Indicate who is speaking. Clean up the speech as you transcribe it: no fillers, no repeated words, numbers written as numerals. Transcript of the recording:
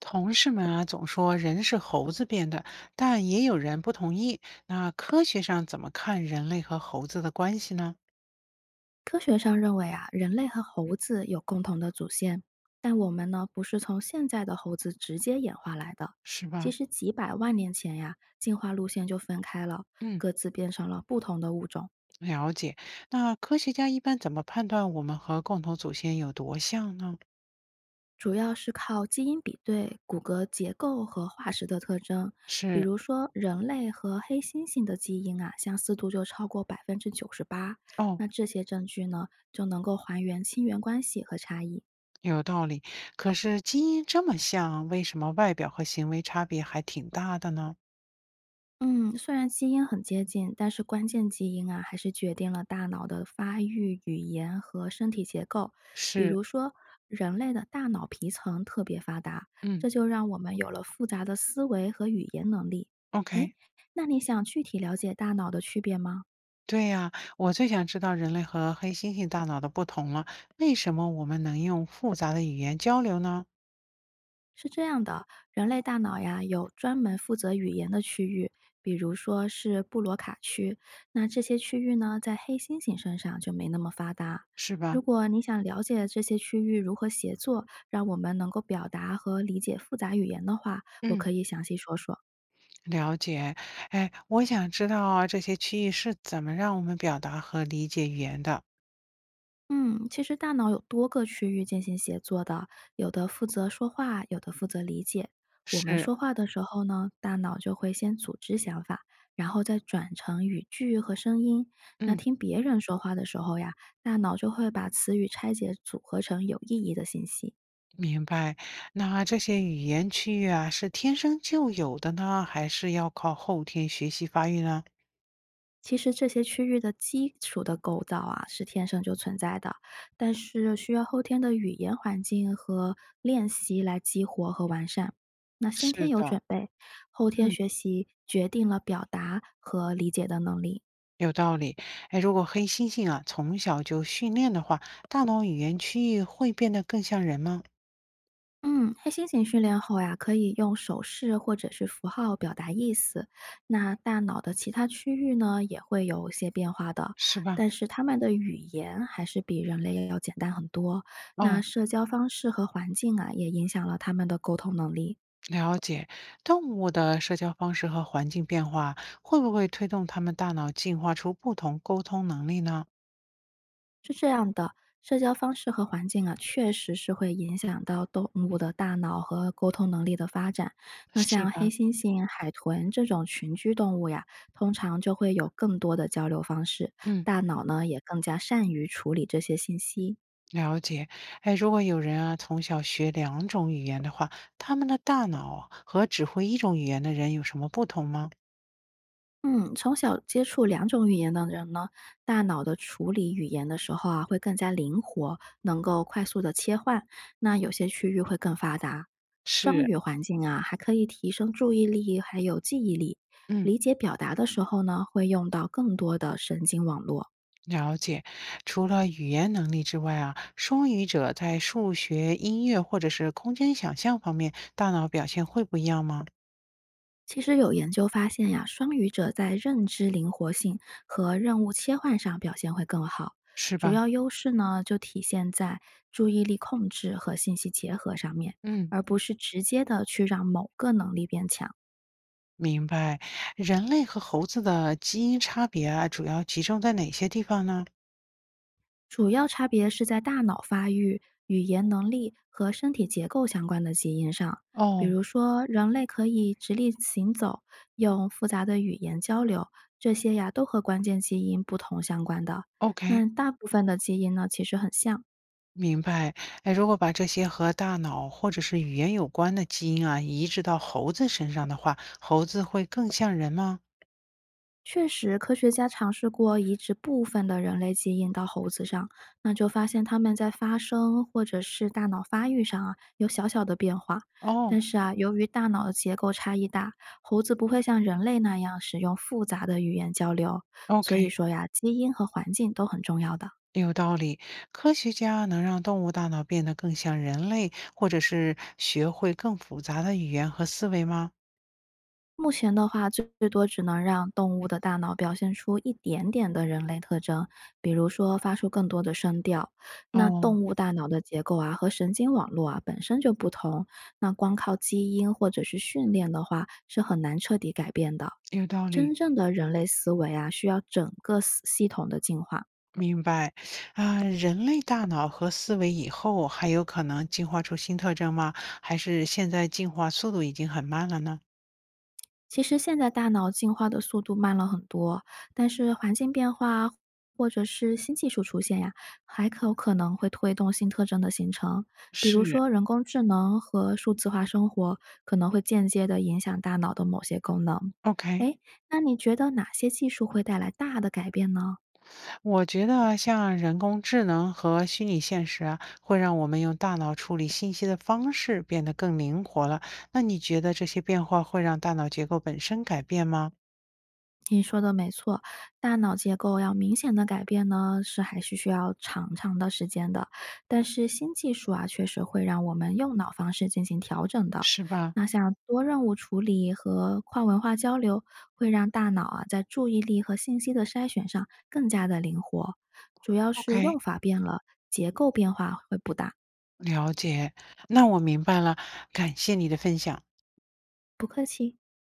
Speaker 1: 同事们啊，总说人是猴子变的，但也有人不同意。那科学上怎么看人类和猴子的关系呢？
Speaker 2: 科学上认为啊，人类和猴子有共同的祖先，但我们呢不是从现在的猴子直接演化来的。
Speaker 1: 是
Speaker 2: 其
Speaker 1: 吧？
Speaker 2: 实几百万年前呀，进化路线就分开了，
Speaker 1: 嗯，
Speaker 2: 各自变成了不同的物种，
Speaker 1: 了解。那科学家一般怎么判断我们和共同祖先有多像呢？
Speaker 2: 主要是靠基因比对、骨骼结构和化石的特征。比
Speaker 1: 是，
Speaker 2: 如说，人类和黑猩猩的基因啊，相似度就超过98%。
Speaker 1: 哦，
Speaker 2: 那这些证据呢，就能够还原亲缘关系和差异。
Speaker 1: 有道理。可是基因这么像，为什么外表和行为差别还挺大的呢？
Speaker 2: 嗯，虽然基因很接近，但是关键基因啊，还是决定了大脑的发育、语言和身体结构。比
Speaker 1: 是，
Speaker 2: 如说，人类的大脑皮层特别发达，这
Speaker 1: 嗯
Speaker 2: 就让我们有了复杂的思维和语言能力。哎，
Speaker 1: ，OK。
Speaker 2: 那你想具体了解大脑的区别吗？
Speaker 1: 对呀，我最想知道人类和黑猩猩大脑的不同了。为什么我们能用复杂的语言交流呢？
Speaker 2: 是这样的，人类大脑呀有专门负责语言的区域，比如说是布罗卡区。那这些区域呢，在黑猩猩身上就没那么发达。
Speaker 1: 是
Speaker 2: 如
Speaker 1: 吧？
Speaker 2: 果你想了解这些区域如何协作，让我们能够表达和理解复杂语言的话，我
Speaker 1: 嗯，
Speaker 2: 可以详细说说。
Speaker 1: 了解。哎，我想知道啊，这些区域是怎么让我们表达和理解语言的？
Speaker 2: 嗯，其实大脑有多个区域进行协作的，有的负责说话，有的负责理解。我们
Speaker 1: 是，
Speaker 2: 说话的时候呢，大脑就会先组织想法，然后再转成语句和声音。那
Speaker 1: 嗯，
Speaker 2: 听别人说话的时候呀，大脑就会把词语拆解组合成有意义的信息。
Speaker 1: 明白。那这些语言区域啊，是天生就有的呢，还是要靠后天学习发育呢？
Speaker 2: 其实这些区域的基础的构造啊，是天生就存在的，但是需要后天的语言环境和练习来激活和完善。那先天
Speaker 1: 是
Speaker 2: 有
Speaker 1: 的，
Speaker 2: 准备，后天
Speaker 1: 嗯。
Speaker 2: 学习决定了表达和理解的能力。
Speaker 1: 有道理，哎，如果黑猩猩啊从小就训练的话，大脑语言区域会变得更像人吗？
Speaker 2: 嗯，黑猩猩训练后呀，可以用手势或者是符号表达意思。那大脑的其他区域呢，也会有些变化的，
Speaker 1: 是吧？
Speaker 2: 但是它们的语言还是比人类要简单很多。那
Speaker 1: 哦，
Speaker 2: 社交方式和环境啊，也影响了它们的沟通能力。
Speaker 1: 了解。动物的社交方式和环境变化，会不会推动他们大脑进化出不同沟通能力呢？
Speaker 2: 社交方式和环境啊，确实是会影响到动物的大脑和沟通能力的发展。那
Speaker 1: 是
Speaker 2: 像黑
Speaker 1: 吧？
Speaker 2: 猩猩、海豚这种群居动物呀，通常就会有更多的交流方式，
Speaker 1: 嗯，
Speaker 2: 大脑呢也更加善于处理这些信息。
Speaker 1: 了解。哎，如果有人啊从小学两种语言的话，他们的大脑和只会一种语言的人有什么不同吗？
Speaker 2: 嗯，从小接触两种语言的人呢，大脑的处理语言的时候啊，会更加灵活，能够快速的切换。那有些区域会更发达。双
Speaker 1: 是，
Speaker 2: 语环境啊，还可以提升注意力，还有记忆力。
Speaker 1: 嗯。
Speaker 2: 理解表达的时候呢，会用到更多的神经网络。
Speaker 1: 了解，除了语言能力之外啊，双语者在数学、音乐或者是空间想象方面，大脑表现会不一样吗？
Speaker 2: 其实有研究发现呀，双语者在认知灵活性和任务切换上表现会更好。
Speaker 1: 是
Speaker 2: 主
Speaker 1: 吧？
Speaker 2: 要优势呢，就体现在注意力控制和信息结合上面，
Speaker 1: 嗯，
Speaker 2: 而不是直接的去让某个能力变强。
Speaker 1: 明白。人类和猴子的基因差别啊，主要集中在哪些地方呢？
Speaker 2: 主要差别是在大脑发育、语言能力和身体结构相关的基因上。比
Speaker 1: 哦
Speaker 2: 如说，人类可以直立行走，用复杂的语言交流，这些呀都和关键基因不同相关的。
Speaker 1: ，OK，
Speaker 2: 那大部分的基因呢，其实很像。
Speaker 1: 明白。哎，如果把这些和大脑或者是语言有关的基因啊，移植到猴子身上的话，猴子会更像人吗？
Speaker 2: 确实，科学家尝试过移植部分的人类基因到猴子上，那就发现它们在发声或者是大脑发育上啊有小小的变化。
Speaker 1: 哦
Speaker 2: 但是啊，由于大脑的结构差异大，猴子不会像人类那样使用复杂的语言交流。所以
Speaker 1: ，OK。
Speaker 2: 说呀，基因和环境都很重要的。
Speaker 1: 有道理，科学家能让动物大脑变得更像人类，或者是学会更复杂的语言和思维吗？
Speaker 2: 目前的话，最多只能让动物的大脑表现出一点点的人类特征，比如说发出更多的声调。那
Speaker 1: 哦，
Speaker 2: 动物大脑的结构啊和神经网络啊本身就不同，那光靠基因或者是训练的话是很难彻底改变的。
Speaker 1: 有道
Speaker 2: 真
Speaker 1: 理，
Speaker 2: 正的人类思维啊，需要整个系统的进化。
Speaker 1: 明白。啊，人类大脑和思维以后还有可能进化出新特征吗？还是现在进化速度已经很慢了呢？
Speaker 2: 其实现在大脑进化的速度慢了很多，但是环境变化或者是新技术出现呀，还可有可能会推动新特征的形成。比如
Speaker 1: 是
Speaker 2: 说，人工智能和数字化生活可能会间接的影响大脑的某些功能。
Speaker 1: ，OK。
Speaker 2: 诶，那你觉得哪些技术会带来大的改变呢？
Speaker 1: 我觉得啊像人工智能和虚拟现实啊，会让我们用大脑处理信息的方式变得更灵活了。那你觉得这些变化会让大脑结构本身改变吗？
Speaker 2: 你说的没错，大脑结构要明显的改变呢，是还是需要长长的时间的。但是新技术啊，确实会让我们用脑方式进行调整的。
Speaker 1: 是吧
Speaker 2: 那像多任务处理和跨文化交流，会让大脑啊在注意力和信息的筛选上更加的灵活。主要是
Speaker 1: ？OK，
Speaker 2: 用法变了，结构变化会不大。
Speaker 1: 了解。那我明白了，感谢你的分享。